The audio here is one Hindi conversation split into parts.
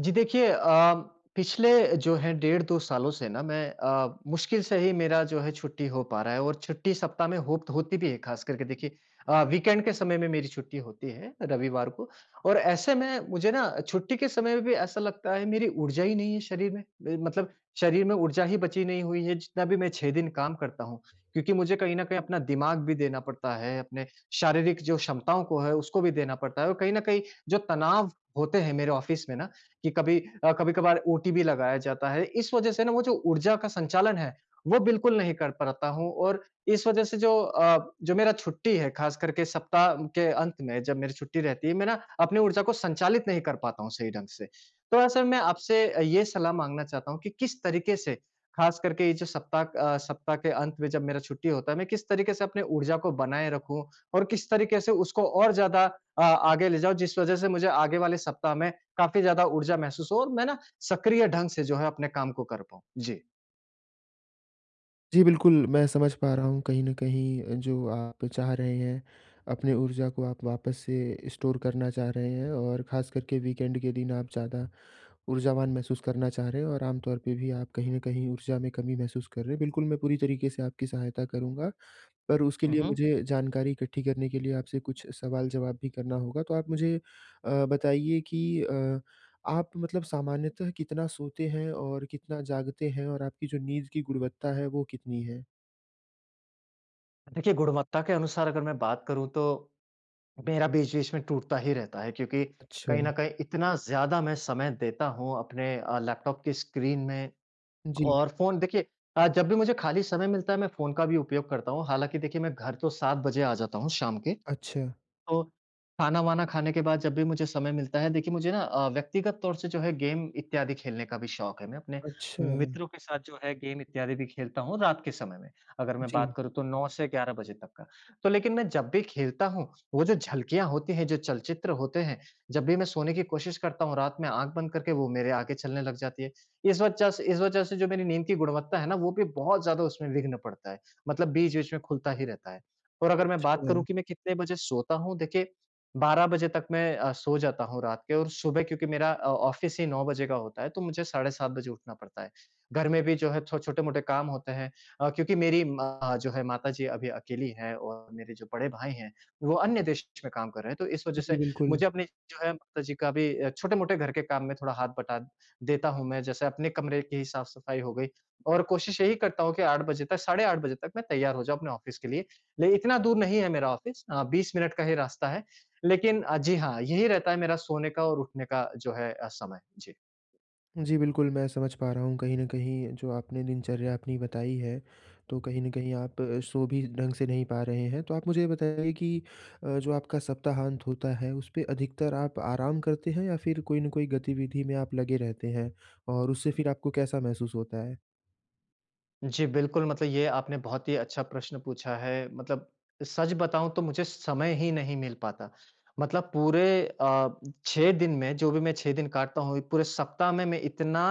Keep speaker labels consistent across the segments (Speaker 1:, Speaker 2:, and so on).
Speaker 1: जी, देखिए, पिछले जो है डेढ़ 2 सालों से ना मैं मुश्किल से ही मेरा जो है छुट्टी हो पा रहा है। और छुट्टी सप्ताह में हो होती भी है, खास करके देखिए, वीकेंड के समय में मेरी छुट्टी होती है रविवार को। और ऐसे में मुझे ना छुट्टी के समय में भी ऐसा लगता है मेरी ऊर्जा ही नहीं है शरीर में, मतलब शरीर में ऊर्जा ही बची नहीं हुई है, जितना भी मैं 6 दिन काम करता हूँ। क्योंकि मुझे कहीं ना कहीं अपना दिमाग भी देना पड़ता है, अपने शारीरिक जो क्षमताओं को है उसको भी देना पड़ता है, और कहीं ना कहीं जो तनाव होते हैं मेरे ऑफिस में ना, कि कभी अ, कभी-कभार ओटी भी लगाया जाता है। इस वजह से ना वो जो ऊर्जा का संचालन है, वो बिल्कुल नहीं कर पाता हूँ। और इस वजह से जो मेरा छुट्टी है, ख़ास करके सप्ताह के अंत में जब मेरी छुट्टी रहती है, मैं ना अपनी ऊर्जा को संचालित नहीं कर पाता हूँ सही ढंग से। तो ऐसे में मैं आपसे ये सलाह माँगना चाहता हूँ कि किस तरीके से, ख़ास करके ये जो सप्ताह के अंत में जब मेरा छुट्टी होता है, मैं किस तरीके से अपनी ऊर्जा को बनाए रखूँ और किस तरीके से उसको और ज़्यादा आगे ले जाऊँ, जिस वजह से मुझे आगे वाले सप्ताह में काफ़ी ज़्यादा ऊर्जा महसूस हो, और मैं ना सक्रिय ढंग से जो है अपने काम को कर पाऊँ। जी।
Speaker 2: जी, बिल्कुल, मैं समझ पा रहा हूँ कहीं न कहीं जो आप चाह रहे हैं, अपने ऊर्जा को आप वापस से स्टोर करना चाह रहे हैं और ख़ास करके वीकेंड के दिन आप ज़्यादा ऊर्जावान महसूस करना चाह रहे हैं और आम तौर पे भी आप कहीं न कहीं ऊर्जा में कमी महसूस कर रहे हैं। बिल्कुल, मैं पूरी तरीके से आपकी सहायता करूँगा, पर उसके
Speaker 1: हुँ,
Speaker 2: लिए
Speaker 1: हुँ।
Speaker 2: मुझे जानकारी इकट्ठी करने के लिए आपसे कुछ सवाल-जवाब भी करना होगा। तो आप मुझे बताइए कि आप मतलब सामान्यतः कितना सोते हैं और कितना जागते हैं और आपकी जो नींद की गुणवत्ता है, वो कितनी है?
Speaker 1: देखिए, गुणवत्ता के अनुसार अगर मैं बात करूँ तो मेरा बीच-बीच में टूटता ही रहता है, क्योंकि
Speaker 2: अच्छा।
Speaker 1: कहीं न कहीं इतना ज़्यादा मैं समय देता हूँ अपने लैपटॉप की स्क्रीन में
Speaker 2: जी।
Speaker 1: और फ़ोन देखिए। जब भी मुझे खाली समय मिलता है, मैं फ़ोन का भी उपयोग करता हूँ। हालाँकि देखिए, मैं घर तो 7 बजे आ जाता हूँ शाम के।
Speaker 2: अच्छा।
Speaker 1: तो खाना-वाना खाने के बाद जब भी मुझे समय मिलता है, देखिए, मुझे ना व्यक्तिगत तौर से जो है गेम इत्यादि खेलने का भी शौक है। मैं अपने
Speaker 2: अच्छा।
Speaker 1: मित्रों के साथ जो है गेम इत्यादि भी खेलता हूँ रात के समय में। अगर मैं
Speaker 2: जी।
Speaker 1: बात करूँ तो 9 से 11 बजे तक का। तो लेकिन मैं जब भी खेलता हूँ, वो जो झलकियाँ होती हैं, जो चलचित्र होते हैं, जब भी मैं सोने की कोशिश करता हूँ रात में आँख बंद करके, वो मेरे आगे चलने लग जाती है। इस वजह से जो मेरी नींद की गुणवत्ता है ना, वो भी बहुत ज़्यादा उसमें विघ्न पड़ता है। मतलब बीच-बीच में खुलता ही रहता है। और अगर मैं बात
Speaker 2: अच्छा।
Speaker 1: करूँ कि मैं कितने बजे सोता हूँ, देखिए, 12 बजे तक मैं सो जाता हूँ रात के। और सुबह क्योंकि मेरा ऑफ़िस ही 9 बजे का होता है, तो मुझे साढ़े 7 बजे उठना पड़ता है। घर में भी जो है छो छोटे-मोटे काम होते हैं, क्योंकि मेरी माँ जो है माताजी अभी अकेली हैं और मेरे जो बड़े भाई हैं, वो अन्य देश में काम कर रहे हैं, तो इस वजह
Speaker 2: जी,
Speaker 1: से
Speaker 2: बिल्कुल।
Speaker 1: मुझे अपने जो है माताजी का भी छोटे-मोटे घर के काम में थोड़ा हाथ बटा देता हूँ मैं, जैसे अपने कमरे की ही साफ-सफाई हो गई। और कोशिश यही करता हूँ कि 8 बजे तक, साढ़े 8 बजे तक मैं तैयार हो जाऊँ अपने ऑफ़िस के लिए, ले इतना दूर नहीं है मेरा ऑफ़िस, 20 मिनट का ही रास्ता है। लेकिन जी हाँ, यही रहता है मेरा सोने का और उठने का जो है समय। जी।
Speaker 2: जी, बिल्कुल, मैं समझ पा रहा हूँ कहीं न कहीं जो आपने दिनचर्या अपनी बताई है, तो कहीं न कहीं आप सो भी ढंग से नहीं पा रहे हैं। तो आप मुझे ये बताइए कि जो आपका सप्ताहांत होता है, उस पे अधिकतर आप आराम करते हैं या फिर कोई न कोई गतिविधि में आप लगे रहते हैं? और उससे फिर आपको कैसा महसूस होता है?
Speaker 1: जी, बिल्कुल, मतलब ये आपने बहुत ही अच्छा प्रश्न पूछा है। मतलब सच बताऊँ तो मुझे समय ही नहीं मिल पाता। मतलब पूरे अ, 6 दिन में, जो भी मैं 6 दिन काटता हूँ, पूरे सप्ताह में मैं इतना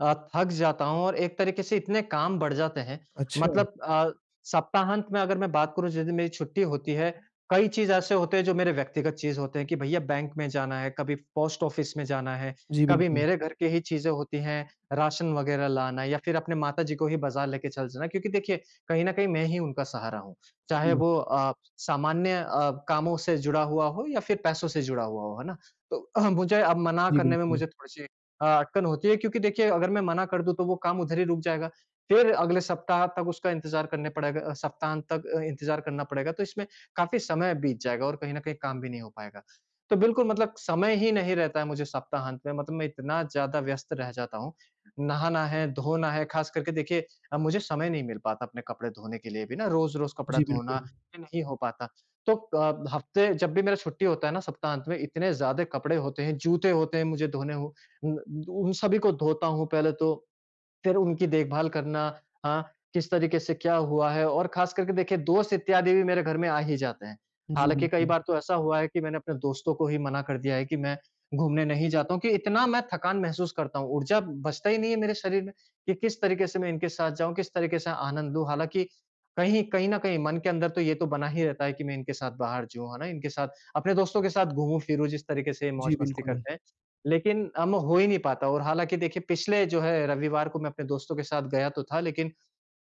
Speaker 1: थक जाता हूँ और एक तरीके से इतने काम बढ़ जाते हैं।
Speaker 2: अच्छा,
Speaker 1: मतलब सप्ताहांत में अगर मैं बात करूँ, जिस दिन मेरी छुट्टी होती है, कई चीज़ ऐसे होते हैं जो मेरे व्यक्तिगत चीज़ होते हैं कि भैया बैंक में जाना है, कभी पोस्ट ऑफिस में जाना है,
Speaker 2: जी
Speaker 1: कभी
Speaker 2: बिल्कुल।
Speaker 1: मेरे घर की ही चीज़ें होती हैं। राशन वगैरह लाना, या फिर अपने माताजी को ही बाज़ार लेके चल जाना, क्योंकि देखिए, कहीं न कहीं मैं ही उनका सहारा हूँ। चाहे
Speaker 2: जी,
Speaker 1: वो सामान्य कामों से जुड़ा हुआ हो या फिर पैसों से जुड़ा हुआ हो, है ना? तो मुझे अब मना
Speaker 2: जी
Speaker 1: करने में
Speaker 2: बिल्कुल।
Speaker 1: मुझे थोड़ी-सी अटकन होती है, क्योंकि देखिए, अगर मैं मना कर दूँ तो वो काम उधर ही रुक जाएगा। फिर अगले सप्ताह तक उसका इंतज़ार करने पड़ेगा, सप्ताहांत तक इंतज़ार करना पड़ेगा, तो इसमें काफ़ी समय बीत जाएगा और कहीं न कहीं काम भी नहीं हो पाएगा। तो बिल्कुल, मतलब समय ही नहीं रहता है मुझे सप्ताहांत में, मतलब मैं इतना ज़्यादा व्यस्त रह जाता हूँ। नहाना है, धोना है, ख़ास करके देखिए, मुझे समय नहीं मिल पाता अपने कपड़े धोने के लिए भी ना, रोज़-रोज़ कपड़ा
Speaker 2: जी
Speaker 1: धोना
Speaker 2: बिल्कुल।
Speaker 1: ये नहीं हो पाता। तो हफ़्ते जब भी मेरा छुट्टी होता है ना सप्ताहांत में, इतने ज़्यादा कपड़े होते हैं, जूते होते हैं मुझे धोने हो, उन उन सभी को धोता हूँ पहले, तो फिर उनकी देखभाल करना, हाँ, किस तरीके से क्या हुआ है। और ख़ास करके देखिए, दोस्त इत्यादि भी मेरे घर में आ ही जाते हैं।
Speaker 2: जी
Speaker 1: हालाँकि कई
Speaker 2: बिल्कुल।
Speaker 1: बार तो ऐसा हुआ है कि मैंने अपने दोस्तों को ही मना कर दिया है कि मैं घूमने नहीं जाता हूँ, कि इतना मैं थकान महसूस करता हूँ, ऊर्जा बचता ही नहीं है मेरे शरीर में, कि किस तरीके से मैं इनके साथ जाऊँ, किस तरीके से आनंद लूँ। हालाँकि कहीं कहीं न कहीं मन के अंदर तो ये तो बना ही रहता है कि मैं इनके साथ बाहर जाऊँ, है ना? इनके साथ, अपने दोस्तों के साथ घूमूँ-फिरूँ, जिस तरीके से ये
Speaker 2: जी
Speaker 1: मौज-मस्ती
Speaker 2: बिल्कुल।
Speaker 1: करते हैं। लेकिन हम हो ही नहीं पाता। और हालाँकि देखिए, पिछले जो है रविवार को मैं अपने दोस्तों के साथ गया तो था, लेकिन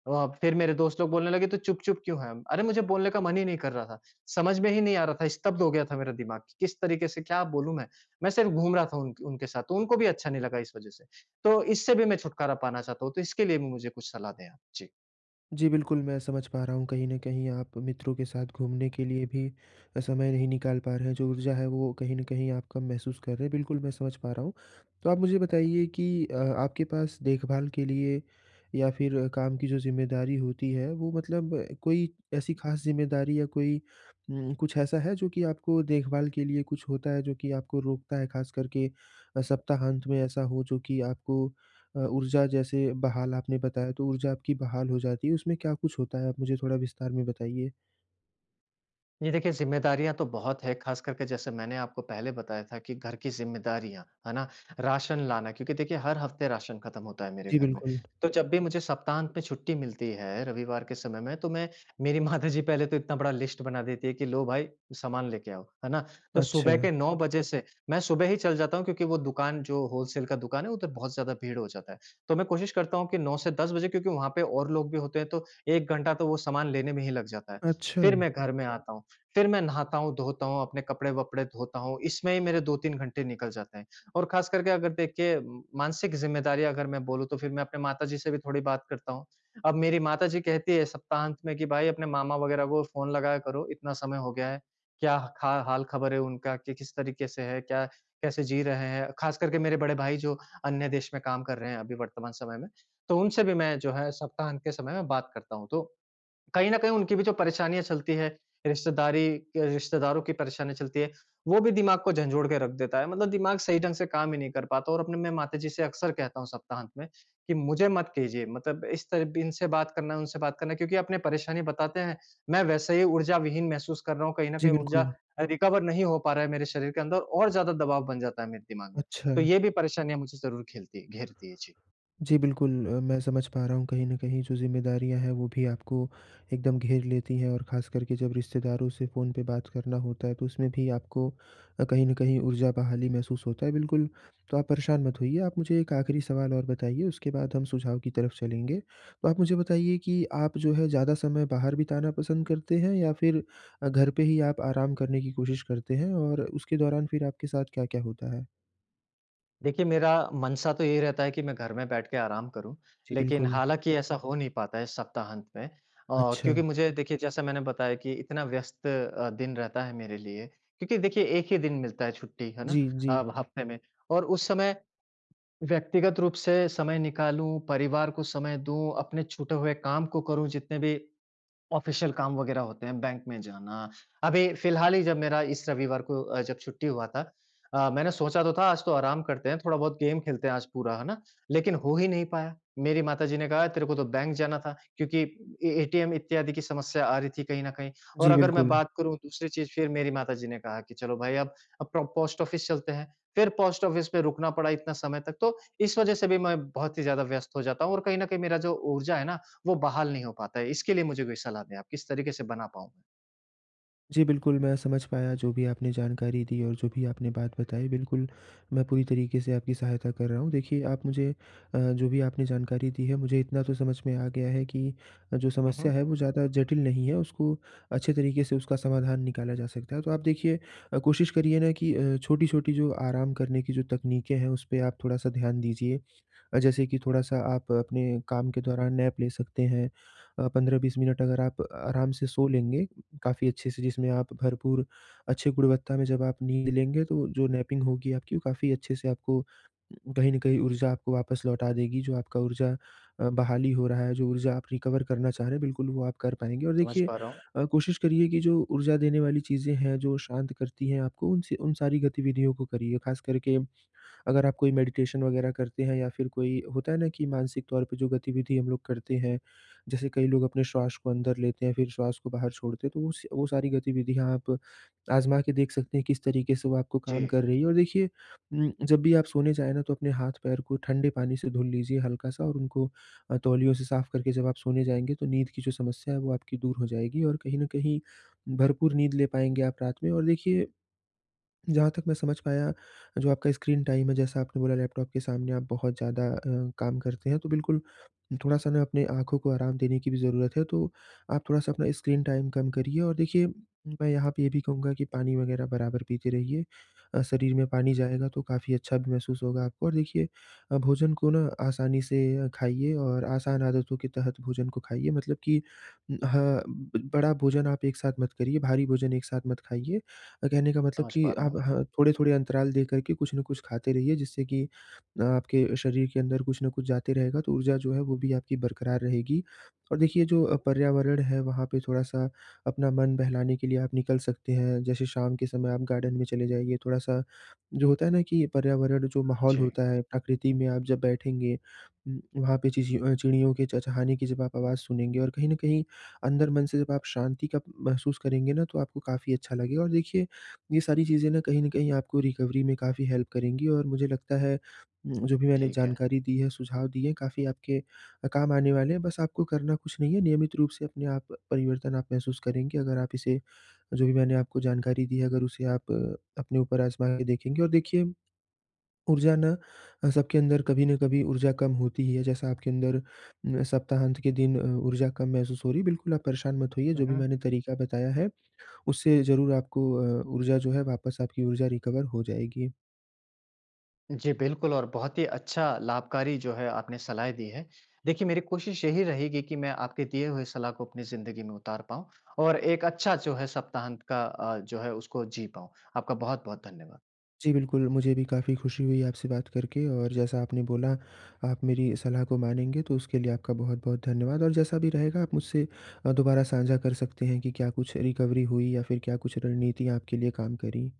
Speaker 1: फिर मेरे दोस्त लोग बोलने लगे, तू चुप-चुप क्यों है? अरे, मुझे बोलने का मन ही नहीं कर रहा था। समझ में ही नहीं आ रहा था, स्तब्ध हो गया था मेरा दिमाग कि किस तरीके से क्या बोलूँ मैं? मैं सिर्फ घूम रहा था उन उनके साथ, तो उनको भी अच्छा नहीं लगा इस वज़ह से। तो इससे भी मैं छुटकारा पाना चाहता हूँ, तो इसके लिए भी मुझे कुछ सलाह दें आप। जी।
Speaker 2: जी, बिल्कुल, मैं समझ पा रहा हूँ कहीं न कहीं आप मित्रों के साथ घूमने के लिए भी समय नहीं निकाल पा रहे हैं, जो ऊर्जा है वो कहीं न कहीं आप कम महसूस कर रहे हैं, बिल्कुल मैं समझ पा रहा हूँ। तो आप मुझे बताइए कि आपके पास देखभाल के लिए या फिर काम की जो ज़िम्मेदारी होती है वो मतलब कोई ऐसी ख़ास ज़िम्मेदारी या कोई कुछ ऐसा है जो कि आपको देखभाल के लिए कुछ होता है जो कि आपको रोकता है ख़ास करके सप्ताहांत में ऐसा हो जो कि आपको ऊर्जा जैसे बहाल आपने बताया, तो ऊर्जा आपकी बहाल हो जाती है, उसमें क्या कुछ होता है? आप मुझे थोड़ा विस्तार में बताइए।
Speaker 1: जी, देखिए, ज़िम्मेदारियाँ तो बहुत है, ख़ास करके जैसे मैंने आपको पहले बताया था कि घर की ज़िम्मेदारियाँ, है ना? राशन लाना, क्योंकि देखिए, हर हफ़्ते राशन ख़त्म होता है मेरे
Speaker 2: जी,
Speaker 1: घर में।
Speaker 2: बिल्कुल।
Speaker 1: तो जब भी मुझे सप्ताहांत में छुट्टी मिलती है रविवार के समय में, तो मैं, मेरी माताजी पहले तो इतना बड़ा लिस्ट बना देती है कि लो भाई सामान लेके आओ, है ना? तो
Speaker 2: अच्छा।
Speaker 1: सुबह के 9 बजे से मैं सुबह ही चल जाता हूँ, क्योंकि वो दुकान जो होलसेल का दुकान है, उधर बहुत ज़्यादा भीड़ हो जाता है। तो मैं कोशिश करता हूँ कि 9 से 10 बजे, क्योंकि वहाँ पे और लोग भी होते हैं, तो 1 घंटा तो वो सामान लेने में ही लग जाता है। फिर
Speaker 2: अच्छा।
Speaker 1: मैं घर में आता हूँ। फिर मैं नहाता हूँ, धोता हूँ, अपने कपड़े-वपड़े धोता हूँ, इसमें ही मेरे 2-3 घंटे निकल जाते हैं। और ख़ास करके अगर देखिए, मानसिक ज़िम्मेदारी अगर मैं बोलूँ, तो फिर मैं अपने माताजी से भी थोड़ी बात करता हूँ। अब मेरी माताजी कहती है सप्ताहांत में कि भाई अपने मामा वग़ैरह को फ़ोन लगाया करो, इतना समय हो गया है, क्या खा हाल-ख़बर है उनका, कि किस तरीके से है, क्या, कैसे जी रहे हैं? ख़ास करके मेरे बड़े भाई जो अन्य देश में काम कर रहे हैं अभी वर्तमान समय में, तो उनसे भी मैं जो है सप्ताहांत के समय में बात करता हूँ। तो कहीं न कहीं उनकी भी जो परेशानियाँ चलती है, रिश्तेदारी के रिश्तेदारों की परेशानी चलती है, वो भी दिमाग को झंझोड़ के रख देता है। मतलब दिमाग सही ढंग से काम ही नहीं कर पाता। और अपने मैं माताजी से अक्सर कहता हूँ सप्ताहांत में कि मुझे मत कीजिए, मतलब इस तरह इनसे बात करना, उनसे बात करना, क्योंकि अपने परेशानी बताते हैं, मैं वैसे ही ऊर्जाविहीन महसूस कर रहा हूँ, कहीं न
Speaker 2: जी,
Speaker 1: कहीं ऊर्जा
Speaker 2: बिल्कुल।
Speaker 1: रिकवर नहीं हो पा रहा है मेरे शरीर के अंदर, और ज़्यादा दबाव बन जाता है मेरे दिमाग में।
Speaker 2: अच्छा।
Speaker 1: तो ये भी परेशानियाँ मुझे ज़रूर खेलती घेरती है। जी।
Speaker 2: जी, बिल्कुल मैं समझ पा रहा हूँ कहीं न कहीं जो ज़िम्मेदारियाँ हैं वो भी आपको एकदम घेर लेती हैं और ख़ास करके जब रिश्तेदारों से फ़ोन पे बात करना होता है तो उसमें भी आपको कहीं न कहीं ऊर्जा बहाली महसूस होता है। बिल्कुल, तो आप परेशान मत होइए। आप मुझे एक आखिरी सवाल और बताइए उसके बाद हम सुझाव की तरफ चलेंगे। तो आप मुझे बताइए कि आप जो है ज़्यादा समय बाहर बिताना पसंद करते हैं या फ़िर घर पे ही आप आराम करने की कोशिश करते हैं? और उसके दौरान फ़िर आपके साथ क्या-क्या होता है?
Speaker 1: देखिए, मेरा मनसा तो यही रहता है कि मैं घर में बैठ के आराम करूँ,
Speaker 2: जी,
Speaker 1: लेकिन
Speaker 2: बिल्कुल।
Speaker 1: हालाँकि ऐसा हो नहीं पाता है सप्ताहांत में।
Speaker 2: अच्छा।
Speaker 1: क्योंकि मुझे देखिए, जैसा मैंने बताया कि इतना व्यस्त दिन रहता है मेरे लिए, क्योंकि देखिए, 1 ही दिन मिलता है छुट्टी, है ना?
Speaker 2: जी, जी।
Speaker 1: हफ्ते में। और उस समय व्यक्तिगत रूप से समय निकालूँ, परिवार को समय दूँ, अपने छूटे हुए काम को करूँ, जितने भी ऑफिशियल काम वगैरह होते हैं, बैंक में जाना। अभी फ़िलहाल ही जब मेरा इस रविवार को जब छुट्टी हुआ था, मैंने सोचा तो था आज तो आराम करते हैं, थोड़ा बहुत गेम खेलते हैं आज पूरा, है ना? लेकिन हो ही नहीं पाया। मेरी माताजी ने कहा तेरे को तो बैंक जाना था, क्योंकि ए एटीएम इत्यादि की समस्या आ रही थी कहीं न कहीं। और
Speaker 2: जी,
Speaker 1: अगर मैं
Speaker 2: बिल्कुल।
Speaker 1: बात करूँ दूसरी चीज़, फिर मेरी माताजी ने कहा कि चलो भाई, अब प्रो पोस्ट ऑफिस चलते हैं। फिर पोस्ट ऑफिस में रुकना पड़ा इतना समय तक, तो इस वज़ह से भी मैं बहुत ही ज़्यादा व्यस्त हो जाता हूँ और कहीं न कहीं मेरा जो ऊर्जा है ना, वो बहाल नहीं हो पाता है। इसके लिए मुझे कोई सलाह दें आप, किस तरीके से बना पाऊँ मैं?
Speaker 2: जी, बिल्कुल, मैं समझ पाया जो भी आपने जानकारी दी और जो भी आपने बात बताई, बिल्कुल, मैं पूरी तरीके से आपकी सहायता कर रहा हूँ। देखिए, आप मुझे जो भी आपने जानकारी दी है, मुझे इतना तो समझ में आ गया है कि जो
Speaker 1: हुँ, हुँ।
Speaker 2: समस्या है, वो ज़्यादा जटिल नहीं है, उसको अच्छे तरीके से उसका समाधान निकाला जा सकता है। तो आप देखिए कोशिश करिए ना कि छोटी-छोटी जो आराम करने की जो तकनीकें हैं, उस पे आप थोड़ा-सा ध्यान दीजिए जैसे कि थोड़ा-सा आप अपने काम के दौरान नैप ले सकते हैं। 15-20 मिनट अगर आप आराम से सो लेंगे, काफ़ी अच्छे से जिसमें आप भरपूर अच्छे गुणवत्ता में जब आप नींद लेंगे तो जो नैपिंग होगी आपकी वो काफ़ी अच्छे से आपको कहीं न कहीं ऊर्जा आपको वापस लौटा देगी। जो आपका ऊर्जा बहाली हो रहा है, जो ऊर्जा आप रिकवर करना चाह रहे हैं बिल्कुल वो आप कर पाएँगे। और
Speaker 1: समझ
Speaker 2: देखिए
Speaker 1: पा रहा हूँ।
Speaker 2: कोशिश करिए कि जो ऊर्जा देने वाली चीज़ें हैं, जो शांत करती हैं आपको उनसे उन सारी गतिविधियों को करिए। ख़ास करके अगर आप कोई मेडिटेशन वगैरह करते हैं या फिर कोई होता है ना कि मानसिक तौर पे जो गतिविधि हम लोग करते हैं, जैसे कई लोग अपने श्वास को अंदर लेते हैं, फिर श्वास को बाहर छोड़ते हैं, तो वो स वो सारी गतिविधियाँ आप आज़मा के देख सकते हैं, किस तरीके से वो आपको
Speaker 1: जी,
Speaker 2: काम कर रही है और देखिए जब भी आप सोने जाएँ ना, तो अपने हाथ-पैर को ठंडे पानी से धुल लीजिए हल्का-सा और उनको तौलियों से साफ करके जब आप सोने जाएँगे, तो नींद की जो समस्या है, वो आपकी दूर हो जाएगी और कहीं न कहीं भरपूर नींद ले पाएँगे आप रात में और देखिए जहाँ तक मैं समझ पाया, जो आपका स्क्रीन टाइम है, जैसा आपने बोला लैपटॉप के सामने आप बहुत ज़्यादा काम करते हैं, तो बिल्कुल थोड़ा-सा ना अपने आँखों को आराम देने की भी ज़रूरत है, तो आप थोड़ा-सा अपना स्क्रीन टाइम कम करिए और देखिए, मैं यहाँ पे ये भी कहूँगा कि पानी वगैरह बराबर पीते रहिए। शरीर में पानी जाएगा तो काफ़ी अच्छा भी महसूस होगा आपको और देखिए भोजन को ना आसानी से खाइए और आसान आदतों के तहत भोजन को खाइए मतलब कि हाँ, ब बड़ा भोजन आप एक साथ मत करिए, भारी भोजन एक साथ मत खाइए। कहने का मतलब
Speaker 1: समझ पा
Speaker 2: कि
Speaker 1: रहा
Speaker 2: आप
Speaker 1: हूँ।
Speaker 2: ह थोड़े-थोड़े अंतराल देकर के कुछ न कुछ खाते रहिए जिससे कि आपके शरीर के अंदर कुछ न कुछ जाते रहेगा तो ऊर्जा जो है वो भी आपकी बरकरार रहेगी। और देखिए जो पर्यावरण है वहाँ पे थोड़ा-सा अपना मन बहलाने के लिए आप निकल सकते हैं। जैसे शाम के समय आप गार्डन में चले जाइए, थोड़ा-सा जो होता है ना कि पर्यावरण जो माहौल
Speaker 1: जी,
Speaker 2: होता है, प्रकृति में आप जब बैठेंगे वहाँ पे चिड़ियों के चहचहाने की जब आप आवाज़ सुनेंगे और कहीं न कहीं अंदर मन से जब आप शांति का महसूस करेंगे ना तो आपको काफ़ी अच्छा लगेगा। और देखिए ये सारी चीज़ें ना कहीं न कहीं आपको रिकवरी में काफ़ी हेल्प करेंगी और मुझे लगता है जो भी मैंने
Speaker 1: ठीक है।
Speaker 2: जानकारी दी है, सुझाव दिए हैं, काफ़ी आपके काम आने वाले हैं। बस आपको करना कुछ नहीं है, नियमित रूप से अपने आप परिवर्तन आप महसूस करेंगे अगर आप इसे जो भी मैंने आपको जानकारी दी है, अगर उसे आप अपने ऊपर आज़मा के देखेंगे। और देखिए ऊर्जा ना सबके अंदर कभी न कभी ऊर्जा कम होती ही है, जैसा आपके अंदर सप्ताहांत के दिन ऊर्जा कम महसूस हो रही है, बिल्कुल आप परेशान मत होइए,
Speaker 1: हुँ,
Speaker 2: जो भी
Speaker 1: हुँ।
Speaker 2: मैंने तरीका बताया है उससे ज़रूर आपको ऊर्जा जो है वापस आपकी ऊर्जा रिकवर हो जाएगी।
Speaker 1: जी, बिल्कुल, और बहुत ही अच्छा लाभकारी जो है आपने सलाहें दी हैं। देखिए, मेरी कोशिश यही रहेगी कि मैं आपके दिए हुए सलाह को अपनी ज़िंदगी में उतार पाऊँ और एक अच्छा जो है सप्ताहांत का जो है उसको जी पाऊँ। आपका बहुत-बहुत धन्यवाद।
Speaker 2: जी, बिल्कुल, मुझे भी काफ़ी खुशी हुई आपसे बात करके और जैसा आपने बोला आप मेरी सलाह को मानेंगे तो उसके लिए आपका बहुत-बहुत धन्यवाद और जैसा भी रहेगा आप मुझसे दोबारा साझा कर सकते हैं कि क्या कुछ रिकवरी हुई या फिर क्या कुछ रणनीतियाँ आपके लिए काम करीं।